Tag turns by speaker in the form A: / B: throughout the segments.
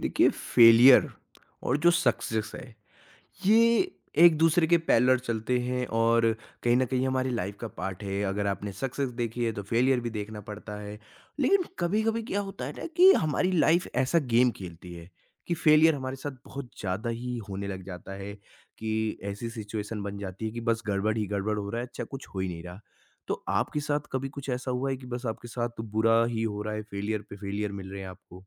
A: देखिए, फेलियर और जो सक्सेस है ये एक दूसरे के पैरेलल चलते हैं और कहीं ना कहीं हमारी लाइफ का पार्ट है। अगर आपने सक्सेस देखी है तो फेलियर भी देखना पड़ता है। लेकिन कभी कभी क्या होता है ना कि हमारी लाइफ ऐसा गेम खेलती है कि फेलियर हमारे साथ बहुत ज़्यादा ही होने लग जाता है। कि ऐसी सिचुएशन बन जाती है कि बस गड़बड़ ही गड़बड़ हो रहा है, अच्छा कुछ हो ही नहीं रहा। तो आपके साथ कभी कुछ ऐसा हुआ है कि बस आपके साथ बुरा ही हो रहा है, फेलियर पे फेलियर मिल रहे हैं आपको?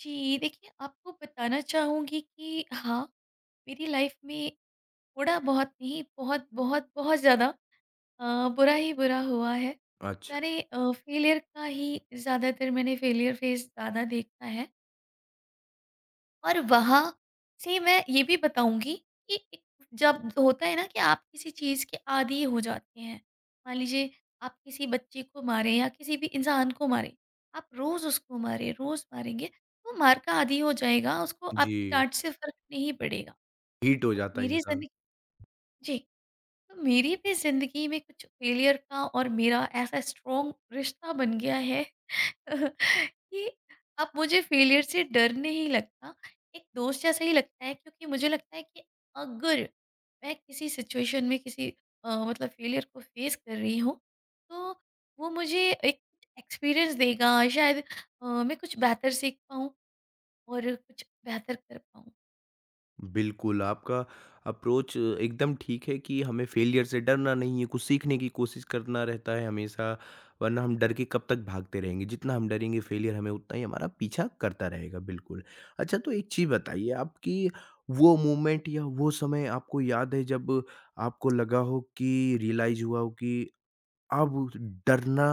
B: जी, देखिए, आपको बताना चाहूँगी कि हाँ, मेरी लाइफ में थोड़ा बहुत नहीं, बहुत, बहुत, बहुत ज़्यादा बुरा ही बुरा हुआ है।
A: अच्छा।
B: मैंने फेलियर का ही ज़्यादातर, मैंने फेलियर फ़ेस ज़्यादा देखा है। और वहाँ से मैं ये भी बताऊँगी कि एक जब होता है ना, कि आप किसी चीज़ के आदी हो जाते हैं। मान लीजिए, आप किसी बच्चे को मारें या किसी भी इंसान को मारें, आप रोज़ उसको मारें, रोज़ मारेंगे, वो मार का आदी हो जाएगा, उसको आपकी
A: जी।
B: डाँट से फ़र्क नहीं पड़ेगा।
A: हीट हो
B: तो
A: जाता है
B: मेरी
A: इंसान।
B: ज़िंदगी। जी, तो मेरी भी ज़िंदगी में कुछ फेलियर का और मेरा ऐसा स्ट्रॉन्ग रिश्ता बन गया है कि अब मुझे फेलियर से डर नहीं लगता, एक दोस्त जैसा ही लगता है, क्योंकि मुझे लगता है कि अगर मैं किसी सिचुएशन में किसी, मतलब, फेलियर को फेस कर रही हूँ, तो वो मुझे एक एक्सपीरियंस देगा शायद, मैं कुछ बेहतर सीख पाऊँ और कुछ बेहतर कर पाऊँ।
A: बिल्कुल, आपका अप्रोच एकदम ठीक है कि हमें फेलियर से डरना नहीं है, कुछ सीखने की कोशिश करना रहता है हमेशा, वरना हम डर के कब तक भागते रहेंगे। जितना हम डरेंगे फेलियर हमें उतना ही हमारा पीछा करता रहेगा, बिल्कुल। अच्छा, तो एक चीज़ बताइए, आपकी वो मोमेंट या वो समय आपको याद है जब आपको लगा हो कि रियलाइज़ हुआ हो कि अब डरना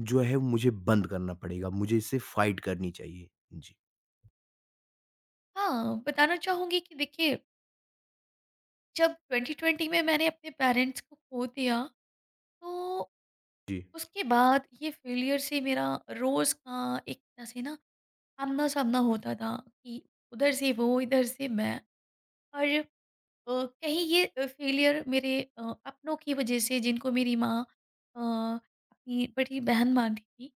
A: जो है मुझे बंद करना पड़ेगा, मुझे इससे फाइट करनी चाहिए? जी।
B: हाँ, बताना चाहूँगी कि देखिए, जब 2020 में मैंने अपने पेरेंट्स को खो दिया, तो
A: जी।
B: उसके बाद ये फेलियर से मेरा रोज का, एक तरह से ना, आमना-सामना होता था कि उधर से वो, इधर से मैं। और कहीं ये फेलियर, मेरे अपनों की वज़ह से, जिनको मेरी माँ अपनी बड़ी बहन मानती थी,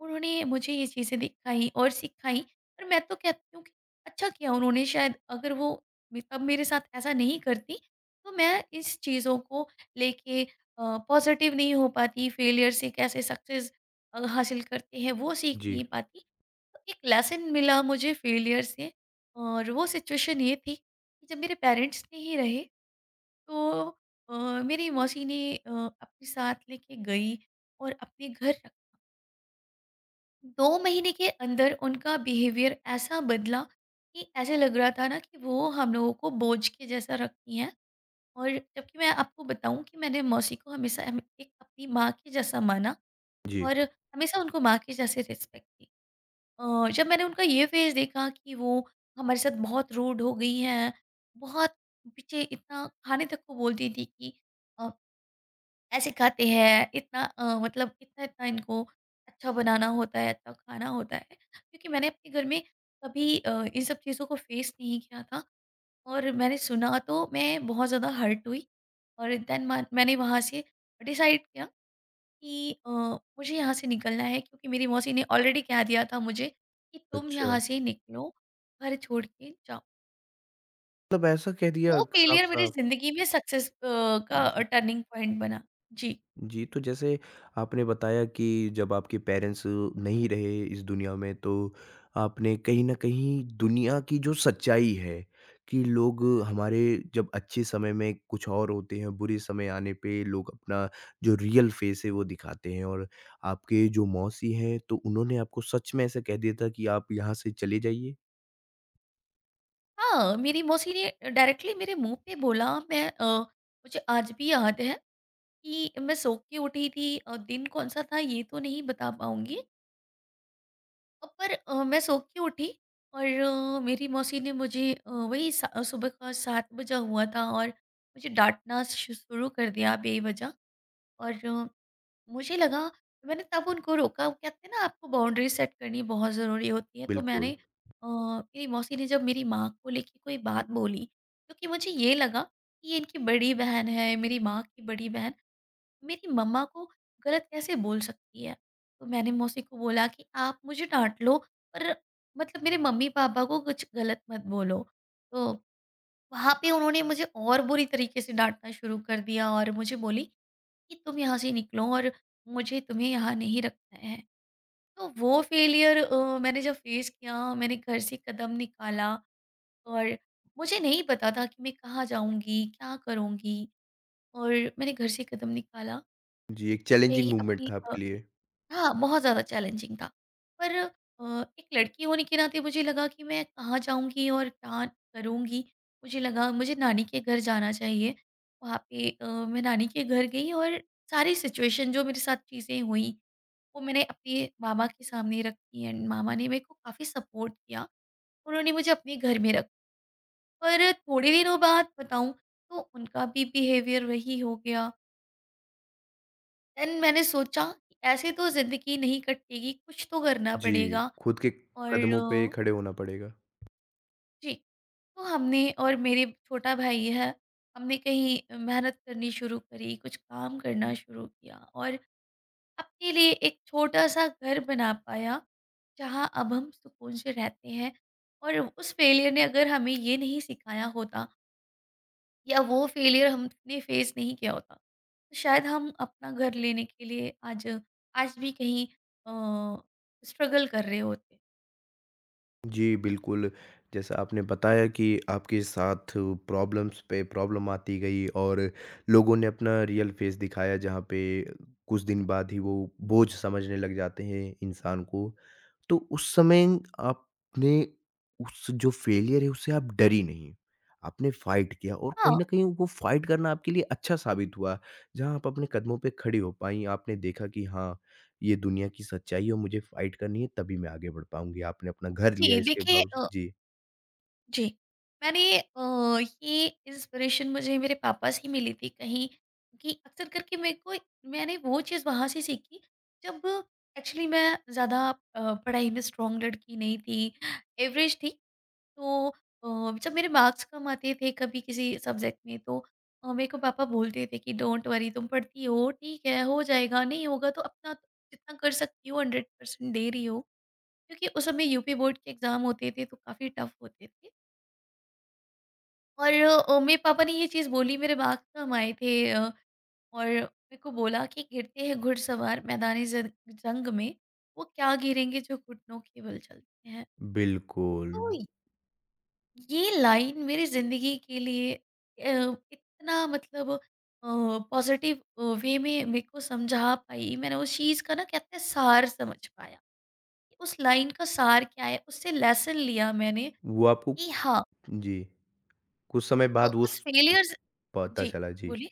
B: उन्होंने मुझे ये चीज़ें दिखाई और सिखाई। और मैं तो कहती हूँ कि अच्छा किया उन्होंने, शायद अगर वो, तब मेरे साथ ऐसा नहीं करती, तो मैं इस चीज़ों को लेके पॉजिटिव नहीं हो पाती, फेलियर से कैसे सक्सेस हासिल करते हैं वो सीख
A: जी।
B: नहीं पाती। तो एक लेसन मिला मुझे फेलियर से, और वो सिचुएशन ये थी कि जब मेरे पेरेंट्स नहीं रहे, तो अ, मेरी मौसी ने अपने साथ लेके गई, और अपने घर 2 महीने के अंदर उनका बिहेवियर ऐसा बदला कि ऐसे लग रहा था ना, कि वो हम लोगों को बोझ के जैसा रखती हैं। और जबकि मैं आपको बताऊँ कि मैंने मौसी को हमेशा हम एक अपनी माँ के जैसा माना,
A: जी।
B: और हमेशा उनको माँ के जैसे रिस्पेक्ट दी। जब मैंने उनका ये फ़ेज़ देखा कि वो हमारे साथ बहुत रूड हो गई हैं, बहुत पीछे इतना खाने तक को बोलती थी कि अ, ऐसे खाते हैं इतना, मतलब, इतना-इतना इनको अच्छा बनाना होता है, अच्छा खाना होता है। क्योंकि मैंने अपने घर में कभी इन सब चीज़ों को फ़ेस नहीं किया था, और मैंने सुना तो मैं बहुत ज़्यादा हर्ट हुई। और देन मा मैंने वहाँ से डिसाइड किया कि मुझे यहाँ से निकलना है, क्योंकि मेरी मौसी ने ऑलरेडी कह दिया था मुझे कि तुम
A: अच्छा।
B: यहाँ से निकलो, घर छोड़ के जाओ।
A: मतलब ऐसा कह दिया
B: वो फेलियर मेरी
A: साफ-साफ।
B: ज़िंदगी में सक्सेस का
A: जी।
B: टर्निंग पॉइंट बना। जी।
A: जी, तो जैसे आपने बताया कि जब आपके पेरेंट्स नहीं रहे इस दुनिया में, तो आपने कहीं न कहीं दुनिया की जो सच्चाई है कि लोग हमारे जब अच्छे समय में कुछ और होते हैं, बुरे समय आने पे लोग अपना जो रियल फेस है वो दिखाते हैं, और आपके जो मौसी हैं तो उन्होंने आपको सच में ऐसा कह दिया था कि आप यहाँ से चले जाइए?
B: हाँ, मेरी मौसी ने डायरेक्टली मेरे मुँह पे बोला। मुझे आज भी याद है कि मैं सो के उठी थी, दिन कौन-सा था ये तो नहीं बता पाऊँगी। पर मैं सो के उठी, और मेरी मौसी ने मुझे वही, स सुबह का 7 बजा हुआ था, और मुझे डाँटना शु शुरू कर दिया बेवजह। और मुझे लगा, मैंने तब उनको रोका। वो कहते हैं ना, आपको बाउंड्री सेट करनी बहुत ज़रूरी होती है। तो
A: बिल्कुल।
B: मेरी मौसी ने जब मेरी माँ को लेके कोई बात बोली, क्योंकि मुझे ये लगा कि ये इनकी बड़ी बहन है, मेरी माँ की बड़ी बहन मेरी मम्मा को गलत कैसे बोल सकती है। तो मैंने मौसी को बोला कि आप मुझे डांट लो, पर, मतलब, मेरे मम्मी पापा को कुछ गलत मत बोलो। तो वहाँ पे उन्होंने मुझे और बुरी तरीके से डांटना शुरू कर दिया, और मुझे बोली कि तुम यहाँ से निकलो, और मुझे तुम्हें यहाँ नहीं रखना है। तो वो फेलियर मैंने जब फेस किया, मैंने घर से कदम निकाला। और मुझे नहीं पता था कि मैं कहाँ जाऊँगी, क्या करूँगी, और मैंने घर से कदम निकाला।
A: जी, एक चैलेंजिंग
B: यही
A: मूवमेंट
B: अपनी
A: था
B: अ,
A: आपके लिए।
B: हाँ, बहुत ज़्यादा चैलेंजिंग था। पर एक लड़की होने के नाते मुझे लगा कि मैं कहाँ जाऊँगी और क्या करूँगी? मुझे लगा मुझे नानी के घर जाना चाहिए। वहाँ पे मैं नानी के घर गई, और सारी सिचुएशन जो मेरे साथ चीज़ें हुई, वो मैंने अपने मामा के सामने रखी, एंड मामा ने मेरे को काफ़ी सपोर्ट किया। उन्होंने मुझे अपने घर में रखा। पर थोड़े दिनों बाद बताऊँ, तो उनका भी बिहेवियर वही हो गया। देन मैंने सोचा कि ऐसे तो ज़िंदगी नहीं कटेगी, कुछ तो करना
A: जी,
B: पड़ेगा।
A: खुद के
B: और
A: कदमों पे खड़े होना पड़ेगा।
B: जी, तो हमने, और मेरे छोटा भाई है, हमने कहीं मेहनत करनी शुरू करी, कुछ काम करना शुरू किया, और अपने लिए एक छोटा-सा घर बना पाया, जहाँ अब हम सुकून से रहते हैं। और उस फेलियर ने अगर हमें ये नहीं सिखाया होता, या वो फेलियर हमने फेस नहीं किया होता, तो शायद हम अपना घर लेने के लिए आज आज भी कहीं स्ट्रगल कर रहे होते।
A: जी, बिल्कुल, जैसा आपने बताया कि आपके साथ प्रॉब्लम्स पे प्रॉब्लम आती गई और लोगों ने अपना रियल फेस दिखाया, जहाँ पे कुछ दिन बाद ही वो बोझ समझने लग जाते हैं इंसान को। तो उस समय आपने उस जो फेलियर है उससे आप डरी नहीं। आपने फाइट किया और कहीं
B: हाँ,
A: न कहीं वो फाइट करना आपके लिए अच्छा साबित हुआ। जहाँ आप अपने कदमों पे खड़ी हो पाईं, आपने देखा कि हाँ, ये दुनिया की सच्चाई है और मुझे फाइट करनी है तभी मैं आगे बढ़ पाऊँगी। आपने अपना घर लिया
B: जी,
A: इसके
B: देखिए।
A: बावजूद। जी,
B: जी। मैंने अ, ये इंस्पिरेशन मुझे मेरे पापा से ही मिली थी कहीं, कि अक्सर करके मेरे को, मैंने वो चीज़ वहाँ से सीखी, जब एक्चुअली मैं ज़्यादा पढ़ाई में स्ट्रॉन्ग लड़की नहीं थी, एवरेज थी। तो जब मेरे मार्क्स कम आते थे कभी किसी सब्जेक्ट में, तो मेरे को पापा बोलते थे कि डोंट वरी, तुम पढ़ती हो, ठीक है, हो जाएगा, नहीं होगा तो अपना जितना कर सकती हो 100% दे रही हो। क्योंकि उस समय यूपी बोर्ड के एग्ज़ाम होते थे, तो काफ़ी टफ होते थे। और मेरे पापा ने ये चीज़ बोली, मेरे बाग से हम आए थे, और मेरे को बोला कि गिरते हैं घुड़सवार मैदानी जंग में, वो क्या गिरेंगे जो घुटनों के बल चलते हैं।
A: बिल्कुल।
B: तो ये लाइन मेरी जिंदगी के लिए इतना, मतलब, पॉजिटिव वे में मेरे को समझा पाई। मैंने उस चीज़ का, ना, कहते हैं सार समझ पाया, उस लाइन का सार क्या है, उससे लेसन लिया मैंने
A: वो आपको
B: कि हाँ,
A: जी, कुछ समय बाद वो
B: उस
A: स
B: फेलियर।
A: पता
B: जी,
A: चला। जी।
B: बोलिए।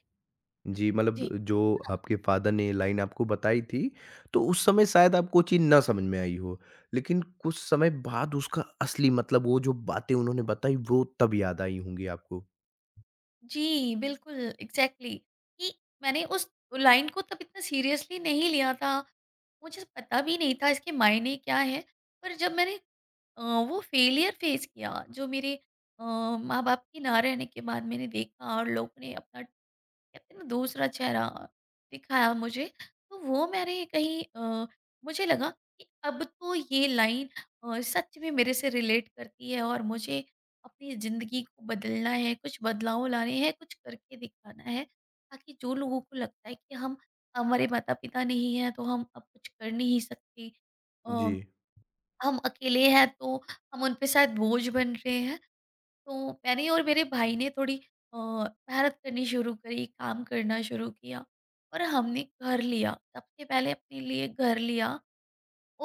A: जी, मतलब
B: जी,
A: जो
B: हाँ,
A: आपके फ़ादर ने लाइन आपको बताई थी, तो उस समय शायद आपको चीज़ ना समझ में आई हो। लेकिन कुछ समय बाद उसका असली मतलब, वो जो बातें उन्होंने बताई, वो तब याद आई होंगी आपको।
B: जी, बिल्कुल, एग्ज़ैक्टली, कि मैंने उस लाइन को तब इतना सीरियसली नहीं लिया था। मुझे पता भी नहीं था इसके मायने क्या हैं, पर जब मैंने अ, वो फेलियर फेस किया, जो मेरे माँ-बाप के ना रहने के बाद मैंने देखा, और लोगों ने अपना, कहते हैं ना, दूसरा चेहरा दिखाया मुझे, तो वो मैंने कहीं, मुझे लगा कि अब तो ये लाइन सच में मेरे से रिलेट करती है, और मुझे अपनी ज़िंदगी को बदलना है, कुछ बदलाव लाने हैं, कुछ करके दिखाना है, ताकि जो लोगों को लगता है कि हम हमारे माता-पिता नहीं हैं, तो हम अब कुछ कर नहीं सकते।
A: जी,
B: अ, हम अकेले हैं, तो हम उन पे शायद बोझ बन रहे हैं। तो मैंने और मेरे भाई ने थोड़ी मेहनत करनी शुरू करी, काम करना शुरू किया, और हमने घर लिया। सबसे पहले अपने लिए घर लिया,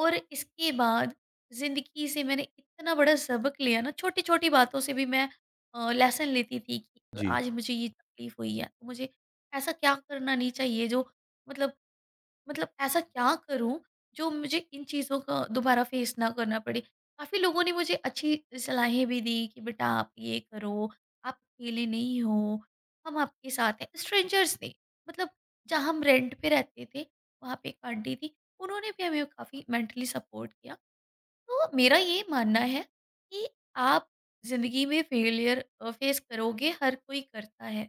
B: और इसके बाद ज़िंदगी से मैंने इतना बड़ा सबक लिया ना, छोटी-छोटी बातों से भी मैं लेसन लेती थी कि
A: जी।
B: आज मुझे ये तकलीफ़ हुई है, तो मुझे ऐसा क्या करना नहीं चाहिए जो, मतलब, ऐसा क्या करूं, जो मुझे इन चीज़ों का दोबारा फेस ना करना पड़े। काफ़ी लोगों ने मुझे अच्छी सलाहें भी दी कि बेटा आप ये करो, आप अकेले नहीं हो, हम आपके साथ हैं। स्ट्रेंजर्स ने, मतलब, जहाँ हम रेंट पे रहते थे, वहाँ पे एक आंटी थी, उन्होंने भी हमें काफ़ी मेंटली सपोर्ट किया। तो मेरा ये मानना है कि आप ज़िंदगी में फेलियर फेस करोगे, हर कोई करता है,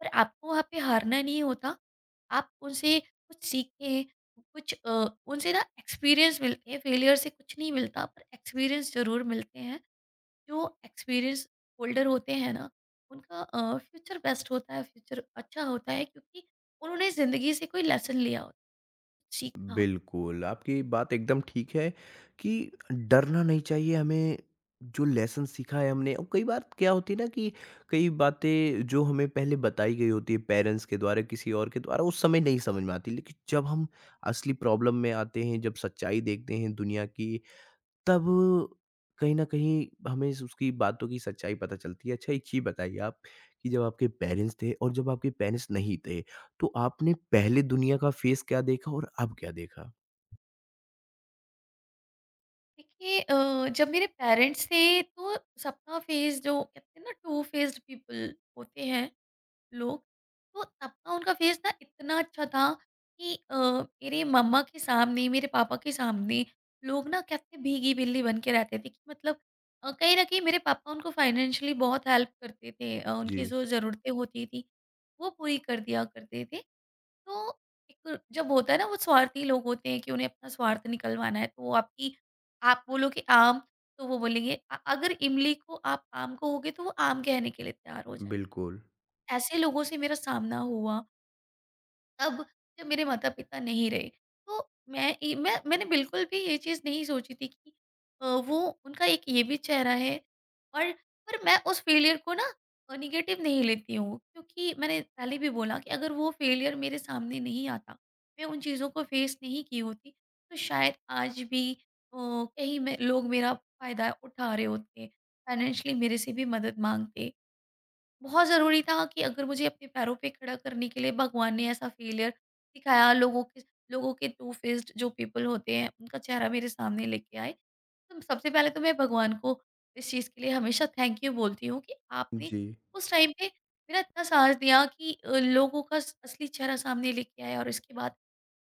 B: पर आपको वहाँ पे हारना नहीं होता। आप उनसे कुछ सीखें, कुछ, उनसे, ना, एक्सपीरियंस मिलते हैं, फेलियर से कुछ नहीं मिलता, पर एक्सपीरियंस ज़रूर मिलते हैं। जो एक्सपीरियंस होल्डर होते हैं ना, उनका फ्यूचर बेस्ट होता है, फ्यूचर अच्छा होता है, क्योंकि उन्होंने ज़िंदगी से कोई लेसन लिया हो, सीखा हो।
A: बिल्कुल, आपकी बात एकदम ठीक है कि डरना नहीं चाहिए हमें, जो लेसन सीखा है हमने। और कई बार क्या होती है ना कि कई बातें जो हमें पहले बताई गई होती है पेरेंट्स के द्वारा, किसी और के द्वारा, उस समय नहीं समझ में आती। लेकिन जब हम असली प्रॉब्लम में आते हैं, जब सच्चाई देखते हैं दुनिया की, तब कहीं न कहीं हमें इस उसकी बातों की सच्चाई पता चलती है। अच्छा, एक चीज़ बताइए आप कि जब आपके पेरेंट्स थे और जब आपके पेरेंट्स नहीं थे, तो आपने पहले दुनिया का फेस क्या देखा और अब क्या देखा?
B: देखिए, जब मेरे पेरेंट्स थे, तो सबका फेस, जो कहते हैं ना, टू फेस्ड पीपल होते हैं लोग, तो तब का उनका फेस ना इतना अच्छा था कि मेरे मम्मा के सामने, मेरे पापा के सामने, लोग, ना, कहते, भीगी बिल्ली बन के रहते थे कि, मतलब, कहीं न कहीं मेरे पापा उनको फाइनेंशियली बहुत हेल्प करते थे, उनकी
A: जी,
B: जो ज़रूरतें होती थी, वो पूरी कर दिया करते थे। तो एक जब होता है ना, वो स्वार्थी लोग होते हैं कि उन्हें अपना स्वार्थ निकलवाना है, तो वो आपकी, आप बोलोगे आम, तो वो बोलेंगे, अगर इमली को आप आम कहोगे, तो वो आम कहने के लिए तैयार हो जाएँ।
A: बिल्कुल।
B: ऐसे लोगों से मेरा सामना हुआ, तब जब मेरे माता-पिता नहीं रहे। तो मैंने बिल्कुल भी ये चीज़ नहीं सोची थी कि वो, उनका एक ये भी चेहरा है। और पर मैं उस फेलियर को, ना, नेगेटिव नहीं लेती हूँ, क्योंकि मैंने पहले भी बोला कि अगर वो फेलियर मेरे सामने नहीं आता, मैं उन चीज़ों को फेस नहीं की होती, तो शायद आज भी कहीं मैं लोग मेरा फ़ायदा उठा रहे होते, फाइनेंशियली मेरे से भी मदद माँगते। बहुत ज़रूरी था कि अगर मुझे अपने पैरों पे खड़ा करने के लिए भगवान ने ऐसा फेलियर दिखाया, लोगों के, टू फेस्ड जो पीपल होते हैं, उनका चेहरा मेरे सामने लेके आए, तो सबसे पहले तो मैं भगवान को इस चीज़ के लिए हमेशा थैंक यू बोलती हूँ कि आपने
A: जी,
B: उस टाइम पे मेरा इतना साथ दिया कि लोगों का, असली चेहरा सामने लेके आया। और इसके बाद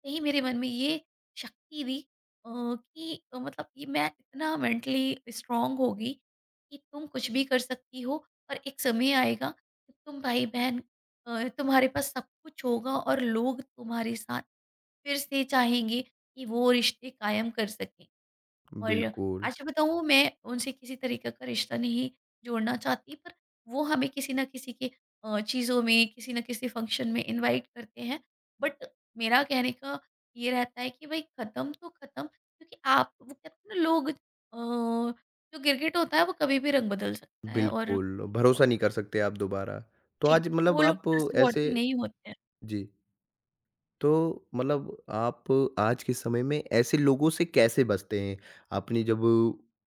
B: यही मेरे मन में ये शक्ति दी, कि, मतलब ये, मैं इतना मेंटली स्ट्रांग होगी कि तुम कुछ भी कर सकती हो, और एक समय आएगा कि तुम भाई बहन, तुम्हारे पास सब कुछ होगा, और लोग तुम्हारे साथ फिर से चाहेंगे कि वो रिश्ते कायम कर सकें। और
A: बिल्कुल,
B: आज बताऊँ, मैं उनसे किसी तरीके का रिश्ता नहीं जोड़ना चाहती, पर वो हमें किसी न किसी के चीज़ों में, किसी न किसी फ़ंक्शन में इनवाइट करते हैं। बट मेरा कहने का ये रहता है कि भई, ख़त्म तो ख़त्म, क्योंकि आप वो कहते हैं ना, लोग, जो गिरगिट होता है, वो कभी भी रंग बदल सकता है। और
A: बिल्कुल।
B: अ,
A: भरोसा नहीं कर सकते आप दोबारा। तो
B: जी,
A: आज मतलब
B: वो लोग
A: आप ऐसे
B: ट्रस्टवर्थी नहीं होते हैं।
A: जी। तो मतलब आप आज के समय में ऐसे लोगों से कैसे बचते हैं? आपने जब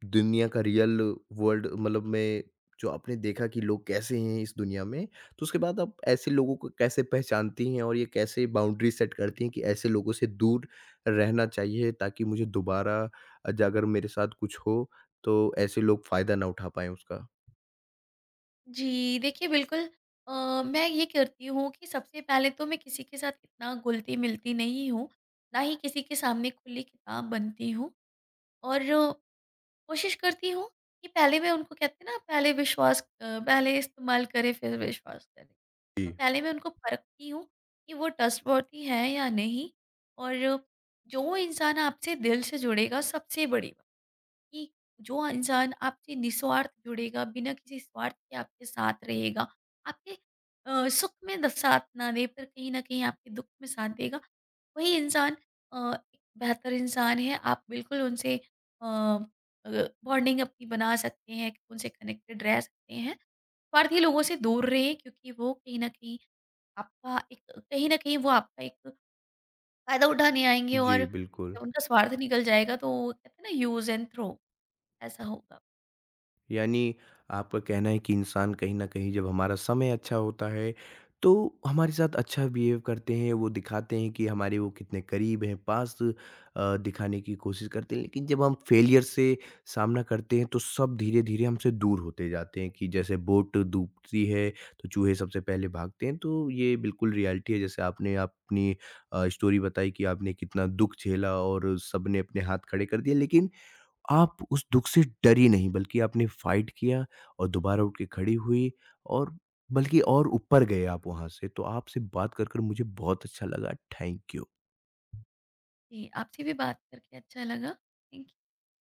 A: दुनिया का रियल वर्ल्ड मतलब में जो आपने देखा कि लोग कैसे हैं इस दुनिया में, तो उसके बाद आप ऐसे लोगों को कैसे पहचानती हैं और ये कैसे बाउंड्री सेट करती हैं कि ऐसे लोगों से दूर रहना चाहिए ताकि मुझे दोबारा ज अगर मेरे साथ कुछ हो, तो ऐसे लोग फ़ायदा ना उठा पाएँ उसका?
B: जी, देखिए, बिल्कुल, मैं ये करती हूँ कि सबसे पहले तो मैं किसी के साथ इतना घुलती-मिलती नहीं हूँ, ना ही किसी के सामने खुली किताब बनती हूँ, और कोशिश करती हूँ कि पहले मैं उनको, कहते हैं ना, पहले विश्वास, पहले इस्तेमाल करें फिर विश्वास करें।
A: जी।
B: तो पहले मैं उनको परखती हूँ कि वो ट्रस्टवर्थी है या नहीं। और जो इंसान आपसे दिल से जुड़ेगा, सबसे बड़ी, कि जो इंसान आपसे निस्वार्थ जुड़ेगा, बिना किसी स्वार्थ के आपके साथ रहेगा, आपके सुख में द साथ ना दे, पर कहीं न कहीं आपके दुःख में साथ देगा, वही इंसान एक बेहतर इंसान है। आप बिल्कुल उनसे अ अ, बॉन्डिंग अपनी बना सकते हैं, उनसे कनेक्टेड रह सकते हैं। स्वार्थी लोगों से दूर रहें, क्योंकि वो कहीं न कहीं आपका एक वो आपका एक फ़ायदा उठाने आएँगे, और
A: जी, बिल्कुल।
B: जब उनका स्वार्थ निकल जाएगा, तो कहते हैं ना, यूज़ एंड थ्रो, ऐसा होगा।
A: यानी आपका कहना है कि इंसान कहीं न कहीं जब हमारा समय अच्छा होता है, तो हमारे साथ अच्छा बिहेव करते हैं, वो दिखाते हैं कि हमारे वो कितने करीब हैं, पास दिखाने की कोशिश करते हैं। लेकिन जब हम फेलियर से सामना करते हैं, तो सब धीरे-धीरे हमसे दूर होते जाते हैं कि जैसे बोट डूबती है, तो चूहे सबसे पहले भागते हैं। तो ये बिल्कुल रियलिटी है, जैसे आपने अपनी स्टोरी बताई कि आपने कितना दुःख झेला और सबने अपने हाथ खड़े कर दिए। लेकिन आप उस दुःख से डरी नहीं बल्कि आपने फ़ाइट किया और दोबारा उठ के खड़ी हुई और बल्कि और ऊपर गए आप वहाँ से। तो आपसे बात कर मुझे बहुत अच्छा लगा। Thank you.
B: जी, आपसे भी बात करके अच्छा लगा। थैंक